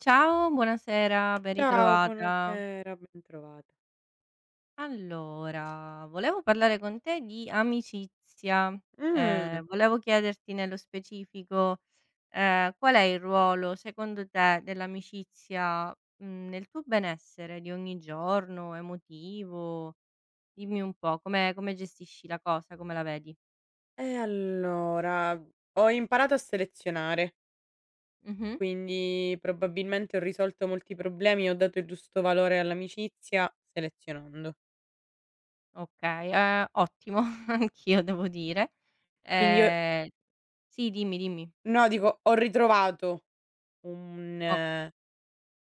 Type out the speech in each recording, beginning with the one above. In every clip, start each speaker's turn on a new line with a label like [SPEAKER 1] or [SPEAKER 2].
[SPEAKER 1] Ciao, buonasera, ben
[SPEAKER 2] Ciao,
[SPEAKER 1] ritrovata.
[SPEAKER 2] buonasera, bentrovata.
[SPEAKER 1] Allora, volevo parlare con te di amicizia.
[SPEAKER 2] Mh,
[SPEAKER 1] Volevo chiederti nello specifico, qual è il ruolo secondo te dell'amicizia, nel tuo benessere di ogni giorno, emotivo? Dimmi un po' come gestisci la cosa, come la vedi?
[SPEAKER 2] allora, ho imparato a selezionare,
[SPEAKER 1] Mh-mh.
[SPEAKER 2] quindi probabilmente ho risolto molti problemi, ho dato il giusto valore all'amicizia selezionando.
[SPEAKER 1] Okay, ottimo, anch'io devo dire.
[SPEAKER 2] Quindi ho
[SPEAKER 1] Ehm sì, dimmi, dimmi.
[SPEAKER 2] No, dico, ho ritrovato un
[SPEAKER 1] O
[SPEAKER 2] eh,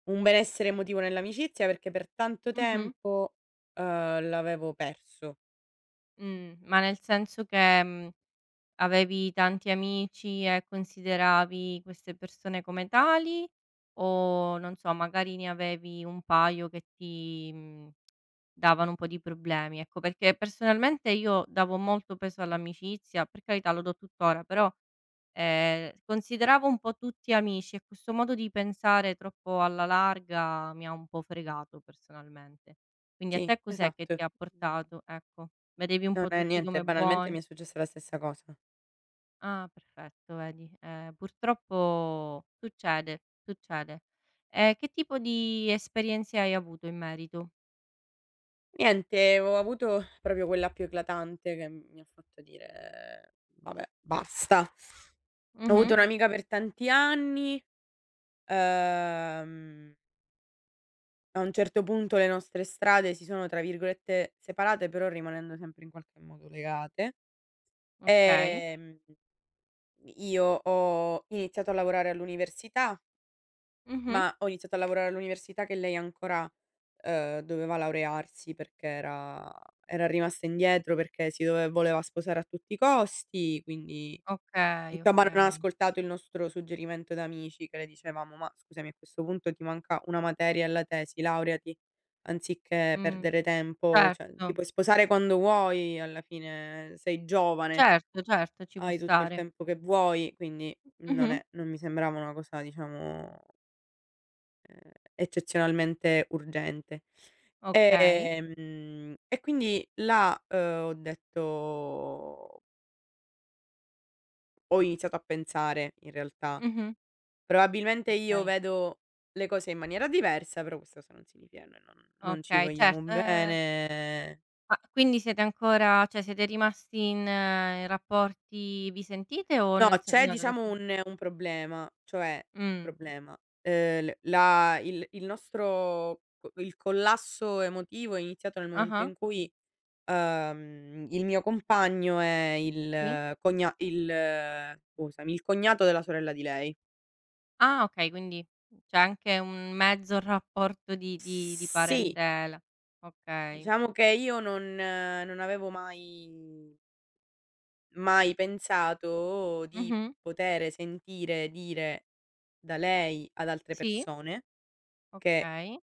[SPEAKER 2] un benessere emotivo nell'amicizia perché per tanto
[SPEAKER 1] Mh-mh.
[SPEAKER 2] tempo, l'avevo perso.
[SPEAKER 1] Ma nel senso che, avevi tanti amici e consideravi queste persone come tali, o, non so, magari ne avevi un paio che ti, davano un po' di problemi? Ecco, perché personalmente io davo molto peso all'amicizia, per carità lo do tuttora, però consideravo un po' tutti amici, e questo modo di pensare troppo alla larga mi ha un po' fregato personalmente. Quindi a
[SPEAKER 2] Sì,
[SPEAKER 1] te cos'è che
[SPEAKER 2] esatto.
[SPEAKER 1] ti ha
[SPEAKER 2] Mhmm,
[SPEAKER 1] portato? Ecco, vedevi un
[SPEAKER 2] non
[SPEAKER 1] po'
[SPEAKER 2] è
[SPEAKER 1] tutti
[SPEAKER 2] niente,
[SPEAKER 1] come
[SPEAKER 2] banalmente
[SPEAKER 1] buoni?
[SPEAKER 2] mi è successa la stessa cosa.
[SPEAKER 1] Ah, perfetto, vedi, purtroppo succede, succede. Che tipo di esperienze hai avuto in merito?
[SPEAKER 2] Niente, ho avuto proprio quella più eclatante che mi ha fatto dire: "Vabbè, basta". Ho
[SPEAKER 1] Mh-mh,
[SPEAKER 2] avuto un'amica per tanti anni, ehm, a un certo punto le nostre strade si sono, tra virgolette, "separate", però rimanendo sempre in qualche modo legate.
[SPEAKER 1] okay.
[SPEAKER 2] Ehm, io ho iniziato a lavorare all'università.
[SPEAKER 1] Mh-mh.
[SPEAKER 2] Ma ho iniziato a lavorare all'università che lei ancora, doveva laurearsi perché era rimasta indietro, perché si dove voleva sposare a tutti i costi, quindi
[SPEAKER 1] Okay,
[SPEAKER 2] insomma non ha
[SPEAKER 1] okay.
[SPEAKER 2] ascoltato il nostro suggerimento da amici che le dicevamo: "Ma scusami a questo punto ti manca una materia alla tesi, laureati anziché
[SPEAKER 1] Mh,
[SPEAKER 2] perdere tempo, cioè ti
[SPEAKER 1] certo,
[SPEAKER 2] puoi sposare quando vuoi, alla fine sei giovane,
[SPEAKER 1] certo, certo, ci può
[SPEAKER 2] hai tutto il
[SPEAKER 1] stare.
[SPEAKER 2] tempo che vuoi", quindi
[SPEAKER 1] Mh-mh,
[SPEAKER 2] non mi sembrava una cosa diciamo eccezionalmente urgente.
[SPEAKER 1] okay.
[SPEAKER 2] E quindi là, ho detto ho iniziato a pensare in realtà.
[SPEAKER 1] Mh-mh.
[SPEAKER 2] Probabilmente io
[SPEAKER 1] Okay,
[SPEAKER 2] vedo le cose in maniera diversa, però questo cosa non significa noi non ci
[SPEAKER 1] okay,
[SPEAKER 2] vogliamo
[SPEAKER 1] certo.
[SPEAKER 2] bene.
[SPEAKER 1] Ma quindi siete ancora, cioè siete rimasti in in rapporti, vi sentite? O
[SPEAKER 2] No,
[SPEAKER 1] nel sen,
[SPEAKER 2] c'è
[SPEAKER 1] no
[SPEAKER 2] diciamo
[SPEAKER 1] adesso.
[SPEAKER 2] un problema, cioè
[SPEAKER 1] Mh,
[SPEAKER 2] problema, l la il nostro co il collasso emotivo è iniziato nel momento
[SPEAKER 1] ah-ah,
[SPEAKER 2] in cui il mio compagno è
[SPEAKER 1] sì.
[SPEAKER 2] il cogna il scusami, il cognato della sorella di lei.
[SPEAKER 1] Ah okay, quindi c'è anche un mezzo rapporto di di
[SPEAKER 2] Sì,
[SPEAKER 1] parentela. Okay.
[SPEAKER 2] diciamo che io non avevo mai pensato di
[SPEAKER 1] Mh-mh.
[SPEAKER 2] poter sentire dire da lei ad altre
[SPEAKER 1] Sì,
[SPEAKER 2] persone che
[SPEAKER 1] okay.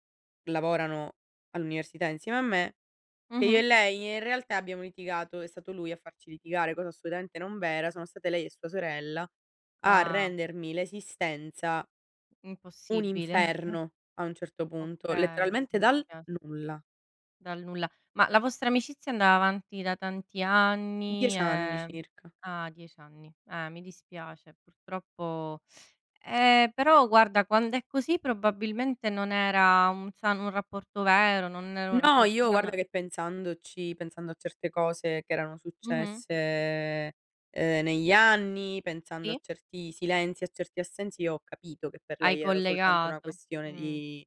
[SPEAKER 2] lavorano all'università insieme a me. Che io
[SPEAKER 1] Mh-mh.
[SPEAKER 2] e lei in realtà abbiamo litigato, è stato lui a farci litigare, cosa assolutamente non vera, sono state lei e sua sorella a
[SPEAKER 1] Ah,
[SPEAKER 2] rendermi l'esistenza un
[SPEAKER 1] impossibile.
[SPEAKER 2] inferno a un certo punto,
[SPEAKER 1] Okay,
[SPEAKER 2] letteralmente
[SPEAKER 1] mi
[SPEAKER 2] dal
[SPEAKER 1] dispiace.
[SPEAKER 2] nulla.
[SPEAKER 1] Dal nulla. Ma la vostra amicizia andava avanti da tanti anni,
[SPEAKER 2] 10 anni circa.
[SPEAKER 1] ah, 10 anni. Mi dispiace purtroppo, però guarda, quando è così probabilmente non era un sano, un rapporto vero, non era un
[SPEAKER 2] No,
[SPEAKER 1] rapporto
[SPEAKER 2] io guarda
[SPEAKER 1] sano.
[SPEAKER 2] che pensandoci, pensando a certe cose che erano
[SPEAKER 1] Mh-mh,
[SPEAKER 2] successe, negli anni, pensando a
[SPEAKER 1] sì?
[SPEAKER 2] certi silenzi, a certi assensi, io ho capito che per
[SPEAKER 1] Hai
[SPEAKER 2] lei era soltanto una
[SPEAKER 1] collegato.
[SPEAKER 2] questione
[SPEAKER 1] Mh,
[SPEAKER 2] di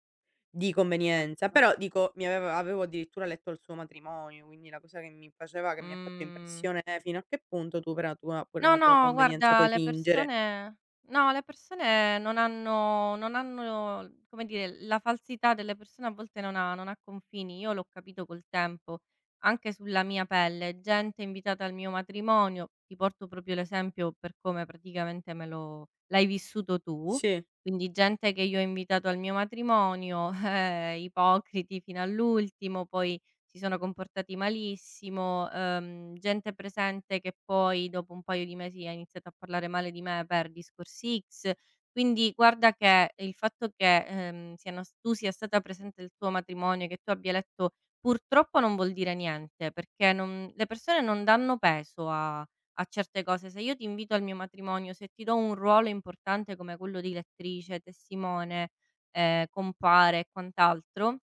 [SPEAKER 2] convenienza.
[SPEAKER 1] certo.
[SPEAKER 2] Però dico, mi aveva avevo addirittura letto il suo matrimonio, quindi la cosa che mi ha fatto
[SPEAKER 1] Mh.
[SPEAKER 2] impressione è fino a che punto tu per
[SPEAKER 1] No,
[SPEAKER 2] una tua
[SPEAKER 1] no,
[SPEAKER 2] convenienza
[SPEAKER 1] guarda
[SPEAKER 2] puoi
[SPEAKER 1] le
[SPEAKER 2] fingere.
[SPEAKER 1] persone, no, le persone non hanno, come dire, la falsità delle persone a volte non ha confini. Io l'ho capito col tempo, anche sulla mia pelle. Gente invitata al mio matrimonio, ti porto proprio l'esempio per come praticamente me lo l'hai vissuto tu,
[SPEAKER 2] Sì,
[SPEAKER 1] quindi gente che io ho invitato al mio matrimonio, ipocriti fino all'ultimo, poi si sono comportati malissimo, gente presente che poi dopo un paio di mesi ha iniziato a parlare male di me per discorsi X. Quindi guarda che il fatto che, siano s tu sia stata presente al tuo matrimonio, che tu abbia letto, purtroppo non vuol dire niente, perché non, le persone non danno peso a a certe cose. Se io ti invito al mio matrimonio, se ti do un ruolo importante come quello di lettrice, testimone, compare e quant'altro,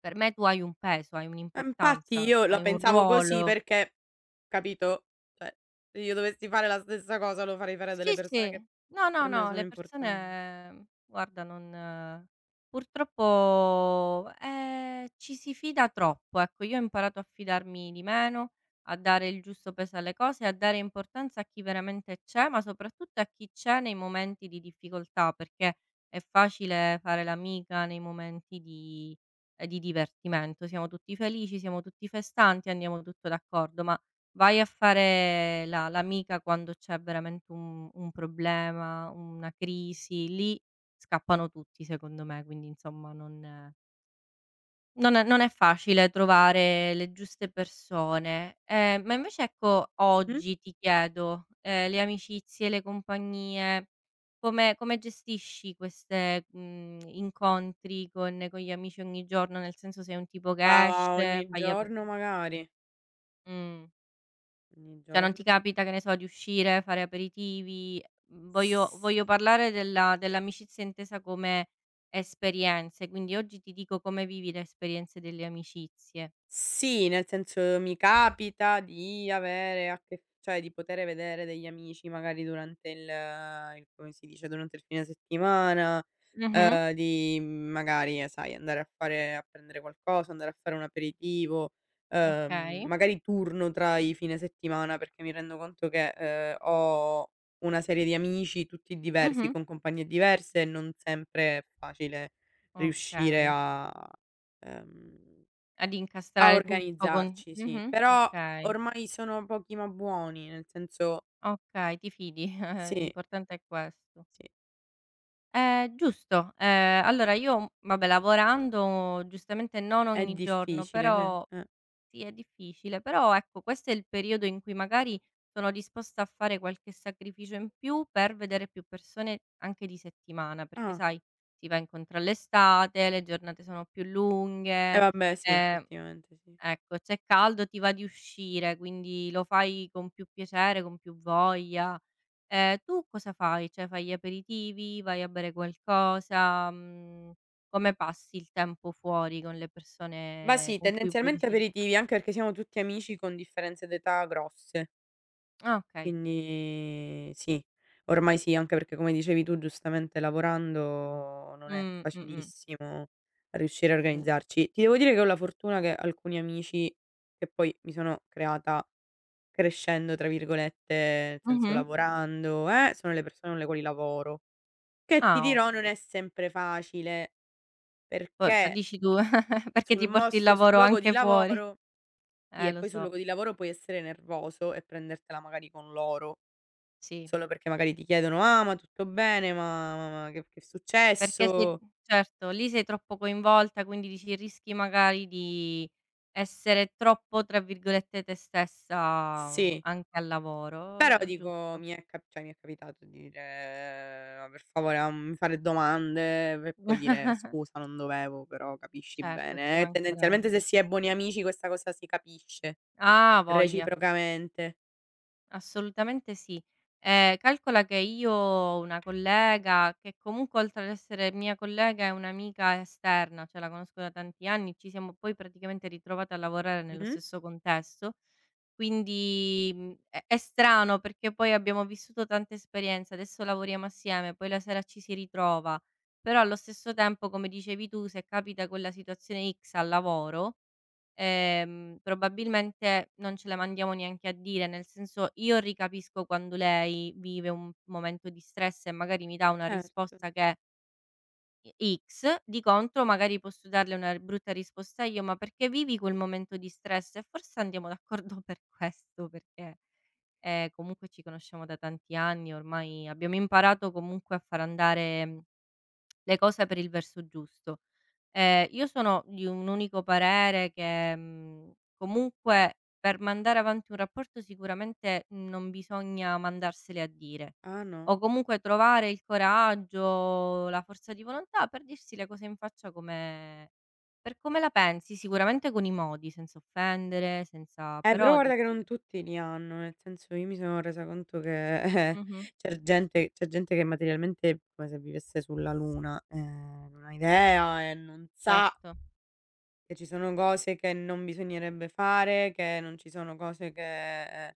[SPEAKER 1] per me tu hai un peso, hai
[SPEAKER 2] e infatti
[SPEAKER 1] un'importanza,
[SPEAKER 2] io la
[SPEAKER 1] hai un
[SPEAKER 2] pensavo così
[SPEAKER 1] ruolo.
[SPEAKER 2] perché. Capito? Cioè, se io dovessi fare la stessa cosa lo farei fare a delle
[SPEAKER 1] Sì,
[SPEAKER 2] persone che
[SPEAKER 1] sì. No, no,
[SPEAKER 2] per me
[SPEAKER 1] no,
[SPEAKER 2] sono
[SPEAKER 1] le
[SPEAKER 2] importanti.
[SPEAKER 1] persone, guarda, non, purtroppo, ci si fida troppo, ecco. Io ho imparato a fidarmi di meno, a dare il giusto peso alle cose, a dare importanza a chi veramente c'è, ma soprattutto a chi c'è nei momenti di difficoltà, perché è facile fare l'amica nei momenti di divertimento. Siamo tutti felici, siamo tutti festanti, andiamo tutto d'accordo, ma vai a fare la l'amica quando c'è veramente un problema, una crisi, lì scappano tutti secondo me, quindi insomma non è facile trovare le giuste persone. Ma invece ecco,
[SPEAKER 2] Mh-mh.
[SPEAKER 1] oggi ti chiedo, le amicizie, le compagnie, come gestisci queste, incontri con gli amici ogni giorno? Nel senso, sei un tipo che
[SPEAKER 2] Ma
[SPEAKER 1] esce,
[SPEAKER 2] ogni
[SPEAKER 1] fai ape,
[SPEAKER 2] giorno magari,
[SPEAKER 1] mh?
[SPEAKER 2] ogni
[SPEAKER 1] Cioè, non ti
[SPEAKER 2] giorno.
[SPEAKER 1] capita, che ne so, di uscire, fare aperitivi? Mhmm, voglio
[SPEAKER 2] S
[SPEAKER 1] voglio parlare della dell'amicizia intesa come esperienze, quindi oggi ti dico, come vivi le esperienze delle amicizie?
[SPEAKER 2] Sì, nel senso mi capita di avere a che cioè di poter vedere degli amici magari durante il come si dice, durante il fine settimana,
[SPEAKER 1] Mh-mh.
[SPEAKER 2] di magari, sai, andare a fare a prendere qualcosa, andare a fare un aperitivo,
[SPEAKER 1] Okay.
[SPEAKER 2] magari turno tra i fine settimana perché mi rendo conto che, ho una serie di amici tutti diversi,
[SPEAKER 1] Mh-mh.
[SPEAKER 2] con compagnie diverse e non sempre è facile riuscire
[SPEAKER 1] Okay.
[SPEAKER 2] a, ehm
[SPEAKER 1] Ad
[SPEAKER 2] a
[SPEAKER 1] incastrare tutto con,
[SPEAKER 2] organizzarci, sì,
[SPEAKER 1] mh-mh,
[SPEAKER 2] però
[SPEAKER 1] okay.
[SPEAKER 2] ormai sono pochi ma buoni, nel senso
[SPEAKER 1] Okay, ti fidi,
[SPEAKER 2] sì,
[SPEAKER 1] l'importante è questo.
[SPEAKER 2] sì,
[SPEAKER 1] Giusto. Allora io, vabbè, lavorando giustamente non
[SPEAKER 2] è
[SPEAKER 1] ogni giorno,
[SPEAKER 2] difficile, cioè,
[SPEAKER 1] però
[SPEAKER 2] eh.
[SPEAKER 1] sì, è difficile, però ecco, questo è il periodo in cui magari sono disposta a fare qualche sacrificio in più per vedere più persone anche di settimana, perché
[SPEAKER 2] Ah,
[SPEAKER 1] sai, si va incontro all'estate, le giornate sono più lunghe,
[SPEAKER 2] vabbè sì,
[SPEAKER 1] ehm,
[SPEAKER 2] effettivamente sì.
[SPEAKER 1] ecco, c'è caldo, ti va di uscire, quindi lo fai con più piacere, con più voglia. Tu cosa fai? Cioè fai gli aperitivi, vai a bere qualcosa, come passi il tempo fuori con le
[SPEAKER 2] Ma
[SPEAKER 1] persone
[SPEAKER 2] sì,
[SPEAKER 1] con cui poi
[SPEAKER 2] tendenzialmente
[SPEAKER 1] decidi di stan,
[SPEAKER 2] aperitivi, anche perché siamo tutti amici con differenze d'età grosse,
[SPEAKER 1] ah okay?
[SPEAKER 2] quindi sì, ormai sì, anche perché come dicevi tu giustamente lavorando non è
[SPEAKER 1] Mh-mh.
[SPEAKER 2] facilissimo riuscire a
[SPEAKER 1] Mh.
[SPEAKER 2] organizzarci. Ti devo dire che ho la fortuna che alcuni amici che poi mi sono creata crescendo tra virgolette, nel senso
[SPEAKER 1] Mh-mh.
[SPEAKER 2] lavorando, sono le persone con le quali lavoro, che ti
[SPEAKER 1] Ah,
[SPEAKER 2] dirò non è
[SPEAKER 1] ottimo.
[SPEAKER 2] sempre facile,
[SPEAKER 1] Poi lo
[SPEAKER 2] perché
[SPEAKER 1] dici tu perché ti porti il
[SPEAKER 2] sul
[SPEAKER 1] lavoro
[SPEAKER 2] luogo di
[SPEAKER 1] anche fuori.
[SPEAKER 2] lavoro sì, e
[SPEAKER 1] Lo
[SPEAKER 2] poi sul
[SPEAKER 1] so,
[SPEAKER 2] luogo di lavoro puoi essere nervoso e prendertela magari con loro,
[SPEAKER 1] sì.
[SPEAKER 2] solo perché magari ti chiedono: "Ah, ma tutto bene? Ma che è
[SPEAKER 1] Perché se
[SPEAKER 2] successo?"
[SPEAKER 1] Certo, lì sei troppo coinvolta, quindi dici, rischi magari di essere troppo, tra virgolette, "te stessa"
[SPEAKER 2] Sì.
[SPEAKER 1] anche al lavoro.
[SPEAKER 2] Però
[SPEAKER 1] È
[SPEAKER 2] dico
[SPEAKER 1] giusto.
[SPEAKER 2] mi è cap cioè mi è capitato di dire: "Ma per favore non mi fare domande", per poi dire: "Scusa non dovevo, però capisci
[SPEAKER 1] Certo, ci
[SPEAKER 2] bene". E
[SPEAKER 1] mancherebbe.
[SPEAKER 2] tendenzialmente se si è buoni amici questa cosa si capisce
[SPEAKER 1] Ah, voglia.
[SPEAKER 2] reciprocamente.
[SPEAKER 1] Assolutamente sì. Calcola che io ho una collega che comunque oltre ad essere mia collega è un'amica esterna, cioè la conosco da tanti anni, ci siamo poi praticamente ritrovate a lavorare nello
[SPEAKER 2] Mh-mh.
[SPEAKER 1] stesso contesto, quindi, è strano perché poi abbiamo vissuto tante esperienze, adesso lavoriamo assieme, poi la sera ci si ritrova, però allo stesso tempo, come dicevi tu, se capita quella situazione X al lavoro, probabilmente non ce la mandiamo neanche a dire, nel senso io ricapisco quando lei vive un momento di stress e magari mi dà una
[SPEAKER 2] Certo.
[SPEAKER 1] risposta che è X, di contro magari posso darle una brutta risposta io, ma perché vivi quel momento di stress? E forse andiamo d'accordo per questo, perché comunque ci conosciamo da tanti anni, ormai abbiamo imparato comunque a far andare le cose per il verso giusto. Io sono di un unico parere, che, comunque per mandare avanti un rapporto sicuramente non bisogna mandarsele a dire,
[SPEAKER 2] Ah no.
[SPEAKER 1] o comunque trovare il coraggio, la forza di volontà per dirsi le cose in faccia, come per come la pensi, sicuramente con i modi, senza offendere, senza
[SPEAKER 2] Però
[SPEAKER 1] però
[SPEAKER 2] guarda che
[SPEAKER 1] dirsi
[SPEAKER 2] non
[SPEAKER 1] le,
[SPEAKER 2] tutti li hanno, nel senso io mi sono resa conto che, eh,
[SPEAKER 1] mh-mh,
[SPEAKER 2] c'è gente che materialmente è come se vivesse sulla luna, non ha idea e non sa
[SPEAKER 1] certo.
[SPEAKER 2] che ci sono cose che non bisognerebbe fare, che non ci sono cose che,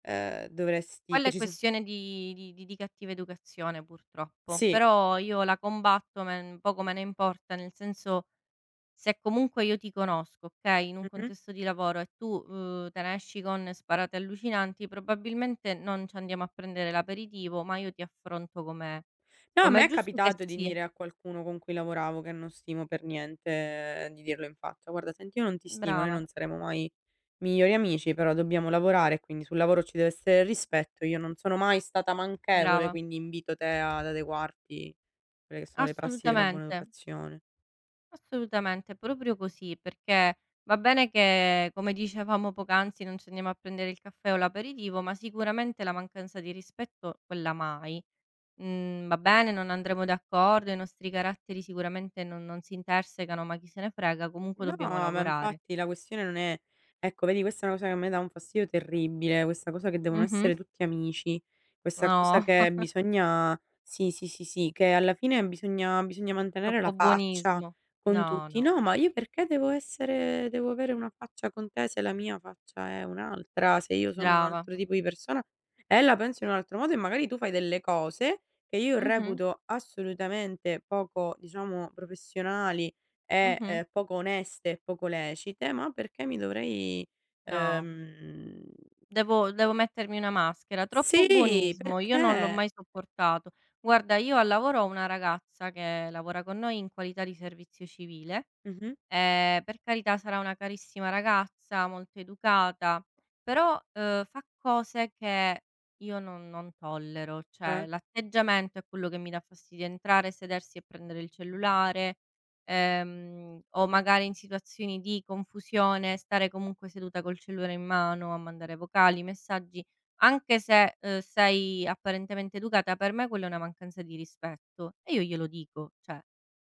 [SPEAKER 2] dovresti
[SPEAKER 1] Quella
[SPEAKER 2] che
[SPEAKER 1] è
[SPEAKER 2] ci so
[SPEAKER 1] questione di cattiva educazione, purtroppo,
[SPEAKER 2] sì,
[SPEAKER 1] però io la combatto, me poco me ne importa, nel senso, se comunque io ti conosco, okay, in un
[SPEAKER 2] mh-mh.
[SPEAKER 1] contesto di lavoro e tu, te ne esci con sparate allucinanti, probabilmente non ci andiamo a prendere l'aperitivo, ma io ti affronto, com'è.
[SPEAKER 2] No, a
[SPEAKER 1] Com'è
[SPEAKER 2] me è
[SPEAKER 1] giusto che
[SPEAKER 2] capitato di
[SPEAKER 1] sia.
[SPEAKER 2] dire a qualcuno con cui lavoravo, che non stimo per niente, di dirlo in faccia: "Guarda, senti, io non ti stimo, noi
[SPEAKER 1] Brava,
[SPEAKER 2] non saremo mai migliori amici, però dobbiamo lavorare, quindi sul lavoro ci deve essere rispetto. Io non sono mai stata manchevole,
[SPEAKER 1] brava.
[SPEAKER 2] quindi invito te ad adeguarti a quelle che sono le prassi della buona
[SPEAKER 1] Assolutamente,
[SPEAKER 2] educazione".
[SPEAKER 1] assolutamente, proprio così, perché va bene che, come dicevamo poc'anzi, non ci andiamo a prendere il caffè o l'aperitivo, ma sicuramente la mancanza di rispetto, quella mai. Va bene, non andremo d'accordo, i nostri caratteri sicuramente non si intersecano, ma chi se ne frega, comunque
[SPEAKER 2] No,
[SPEAKER 1] dobbiamo
[SPEAKER 2] ma
[SPEAKER 1] lavorare.
[SPEAKER 2] infatti la questione non è. Ecco vedi questa è una cosa che a me dà un fastidio terribile, questa cosa che devono
[SPEAKER 1] Mh-mh.
[SPEAKER 2] essere tutti amici, questa cosa
[SPEAKER 1] No,
[SPEAKER 2] che bisogna sì, sì, sì, sì, che alla fine bisogna mantenere
[SPEAKER 1] troppo
[SPEAKER 2] la faccia
[SPEAKER 1] buonismo.
[SPEAKER 2] con
[SPEAKER 1] No,
[SPEAKER 2] tutti.
[SPEAKER 1] no.
[SPEAKER 2] No, ma io perché devo avere una faccia con te se la mia faccia è un'altra, se io sono un
[SPEAKER 1] Brava.
[SPEAKER 2] altro tipo di persona e la penso in un altro modo e magari tu fai delle cose che io
[SPEAKER 1] Mh-mh,
[SPEAKER 2] reputo assolutamente poco, diciamo, professionali
[SPEAKER 1] mh-mh.
[SPEAKER 2] poco oneste e poco lecite, ma perché mi dovrei
[SPEAKER 1] No,
[SPEAKER 2] ehm,
[SPEAKER 1] devo mettermi una maschera. Troppo
[SPEAKER 2] sì,
[SPEAKER 1] buonismo, io non l'ho
[SPEAKER 2] perché
[SPEAKER 1] mai sopportato. Guarda, io al lavoro ho una ragazza che lavora con noi in qualità di servizio civile.
[SPEAKER 2] mh-mh,
[SPEAKER 1] Per carità, sarà una carissima ragazza, molto educata, però, fa cose che io non tollero, cioè
[SPEAKER 2] eh,
[SPEAKER 1] l'atteggiamento è quello che mi dà fastidio: entrare, sedersi e prendere il cellulare, o magari in situazioni di confusione stare comunque seduta col cellulare in mano a mandare vocali, messaggi, anche se, sei apparentemente educata, per me quella è una mancanza di rispetto e io glielo dico, cioè,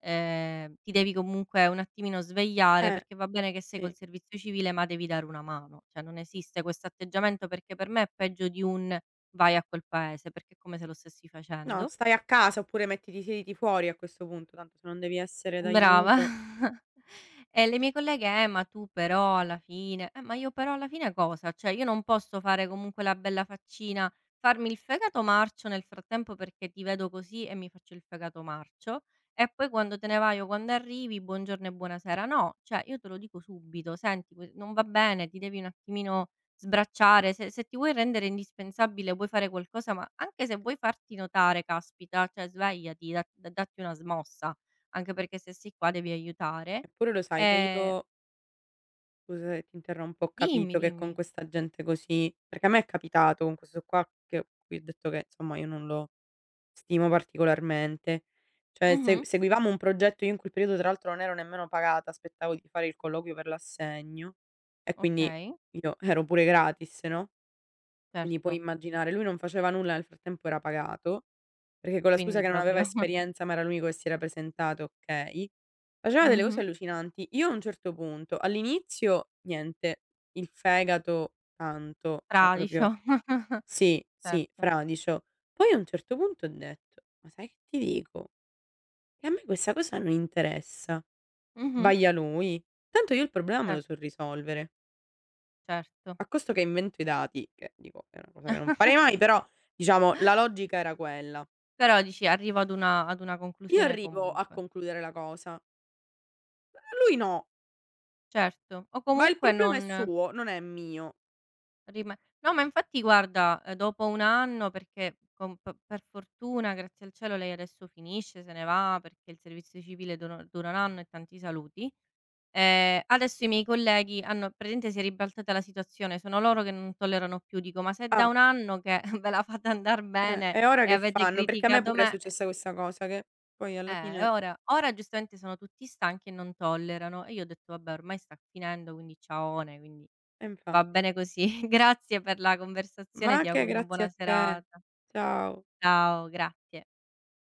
[SPEAKER 1] ti devi comunque un attimino svegliare,
[SPEAKER 2] eh,
[SPEAKER 1] perché va bene che sei col
[SPEAKER 2] sì.
[SPEAKER 1] servizio civile, ma devi dare una mano. Cioè, non esiste questo atteggiamento, perché per me è peggio di un: "Vai a quel paese", perché è come se lo stessi
[SPEAKER 2] No,
[SPEAKER 1] facendo.
[SPEAKER 2] stai a casa oppure mettiti siediti fuori a questo punto, tanto se non devi essere
[SPEAKER 1] Brava.
[SPEAKER 2] d'aiuto.
[SPEAKER 1] E le mie colleghe: ma tu però alla fine." Ma io però alla fine, cosa? Cioè io non posso fare comunque la bella faccina, farmi il fegato marcio nel frattempo, perché ti vedo così e mi faccio il fegato marcio, e poi quando te ne vai o quando arrivi, buongiorno e buonasera. No, cioè io te lo dico subito: 'Senti, que non va bene, ti devi un attimino sbracciare, se se ti vuoi rendere indispensabile, vuoi fare qualcosa, ma anche se vuoi farti notare, caspita, cioè svegliati, da datti una smossa.' Anche perché se sei qua devi aiutare."
[SPEAKER 2] Eppure lo sai che
[SPEAKER 1] Ehm
[SPEAKER 2] io, scusa se ti interrompo, ho
[SPEAKER 1] dimmi,
[SPEAKER 2] capito che con
[SPEAKER 1] dimmi.
[SPEAKER 2] questa gente così perché a me è capitato con questo qua che ho cui ho detto che, insomma, io non lo stimo particolarmente. Cioè se
[SPEAKER 1] Mh-mh.
[SPEAKER 2] seguivamo un progetto io in quel periodo tra l'altro non ero nemmeno pagata, aspettavo di fare il colloquio per l'assegno e quindi
[SPEAKER 1] Okay,
[SPEAKER 2] io ero pure gratis, no, quindi puoi
[SPEAKER 1] certo.
[SPEAKER 2] immaginare, lui non faceva nulla, nel frattempo era pagato, perché con la scusa
[SPEAKER 1] Quindi
[SPEAKER 2] che non aveva
[SPEAKER 1] proprio,
[SPEAKER 2] esperienza, ma era l'unico che si era presentato, okay. Faceva delle
[SPEAKER 1] mh-mh,
[SPEAKER 2] cose allucinanti. Io a un certo punto all'inizio niente, il fegato tanto, cioè proprio
[SPEAKER 1] fradicio.
[SPEAKER 2] sì, sì,
[SPEAKER 1] Certo.
[SPEAKER 2] fradicio. Poi a un certo punto ho detto: "Ma sai che ti dico? Che a me questa cosa non interessa.
[SPEAKER 1] Mh-mh.
[SPEAKER 2] Sbaglia lui. Tanto io il problema me lo
[SPEAKER 1] Cer,
[SPEAKER 2] so risolvere.
[SPEAKER 1] certo.
[SPEAKER 2] A costo che invento i dati", che dico è una cosa che non farei mai, però diciamo la logica era quella.
[SPEAKER 1] Però dici, arrivo ad una, ad una
[SPEAKER 2] Io
[SPEAKER 1] conclusione
[SPEAKER 2] arrivo a
[SPEAKER 1] comunque.
[SPEAKER 2] concludere la cosa, lui no,
[SPEAKER 1] Certo. O
[SPEAKER 2] ma il
[SPEAKER 1] comunque non
[SPEAKER 2] problema è suo, non è mio.
[SPEAKER 1] rima, no, ma infatti guarda, dopo 1 anno, perché con p, per fortuna, grazie al cielo, lei adesso finisce, se ne va, perché il servizio civile dura 1 anno e tanti saluti. Adesso i miei colleghi hanno praticamente, si è ribaltata la situazione, sono loro che non tollerano più. Dico: "Ma se è da
[SPEAKER 2] Ah,
[SPEAKER 1] 1 anno che ve la fate andar bene
[SPEAKER 2] e ora
[SPEAKER 1] e
[SPEAKER 2] che
[SPEAKER 1] avete
[SPEAKER 2] fanno? Perché a me
[SPEAKER 1] criticato
[SPEAKER 2] pure è
[SPEAKER 1] me."
[SPEAKER 2] successa questa cosa che poi alla
[SPEAKER 1] Eh, e
[SPEAKER 2] fine
[SPEAKER 1] ora, ora giustamente sono tutti stanchi e non tollerano. E io ho detto: "Vabbè, ormai sta finendo, quindi ciaone, quindi
[SPEAKER 2] eh
[SPEAKER 1] va
[SPEAKER 2] infatti.
[SPEAKER 1] bene così." Grazie per la conversazione,
[SPEAKER 2] Ma
[SPEAKER 1] ti
[SPEAKER 2] che
[SPEAKER 1] auguro una
[SPEAKER 2] grazie
[SPEAKER 1] buona
[SPEAKER 2] a te.
[SPEAKER 1] serata.
[SPEAKER 2] Ciao.
[SPEAKER 1] Ciao, grazie."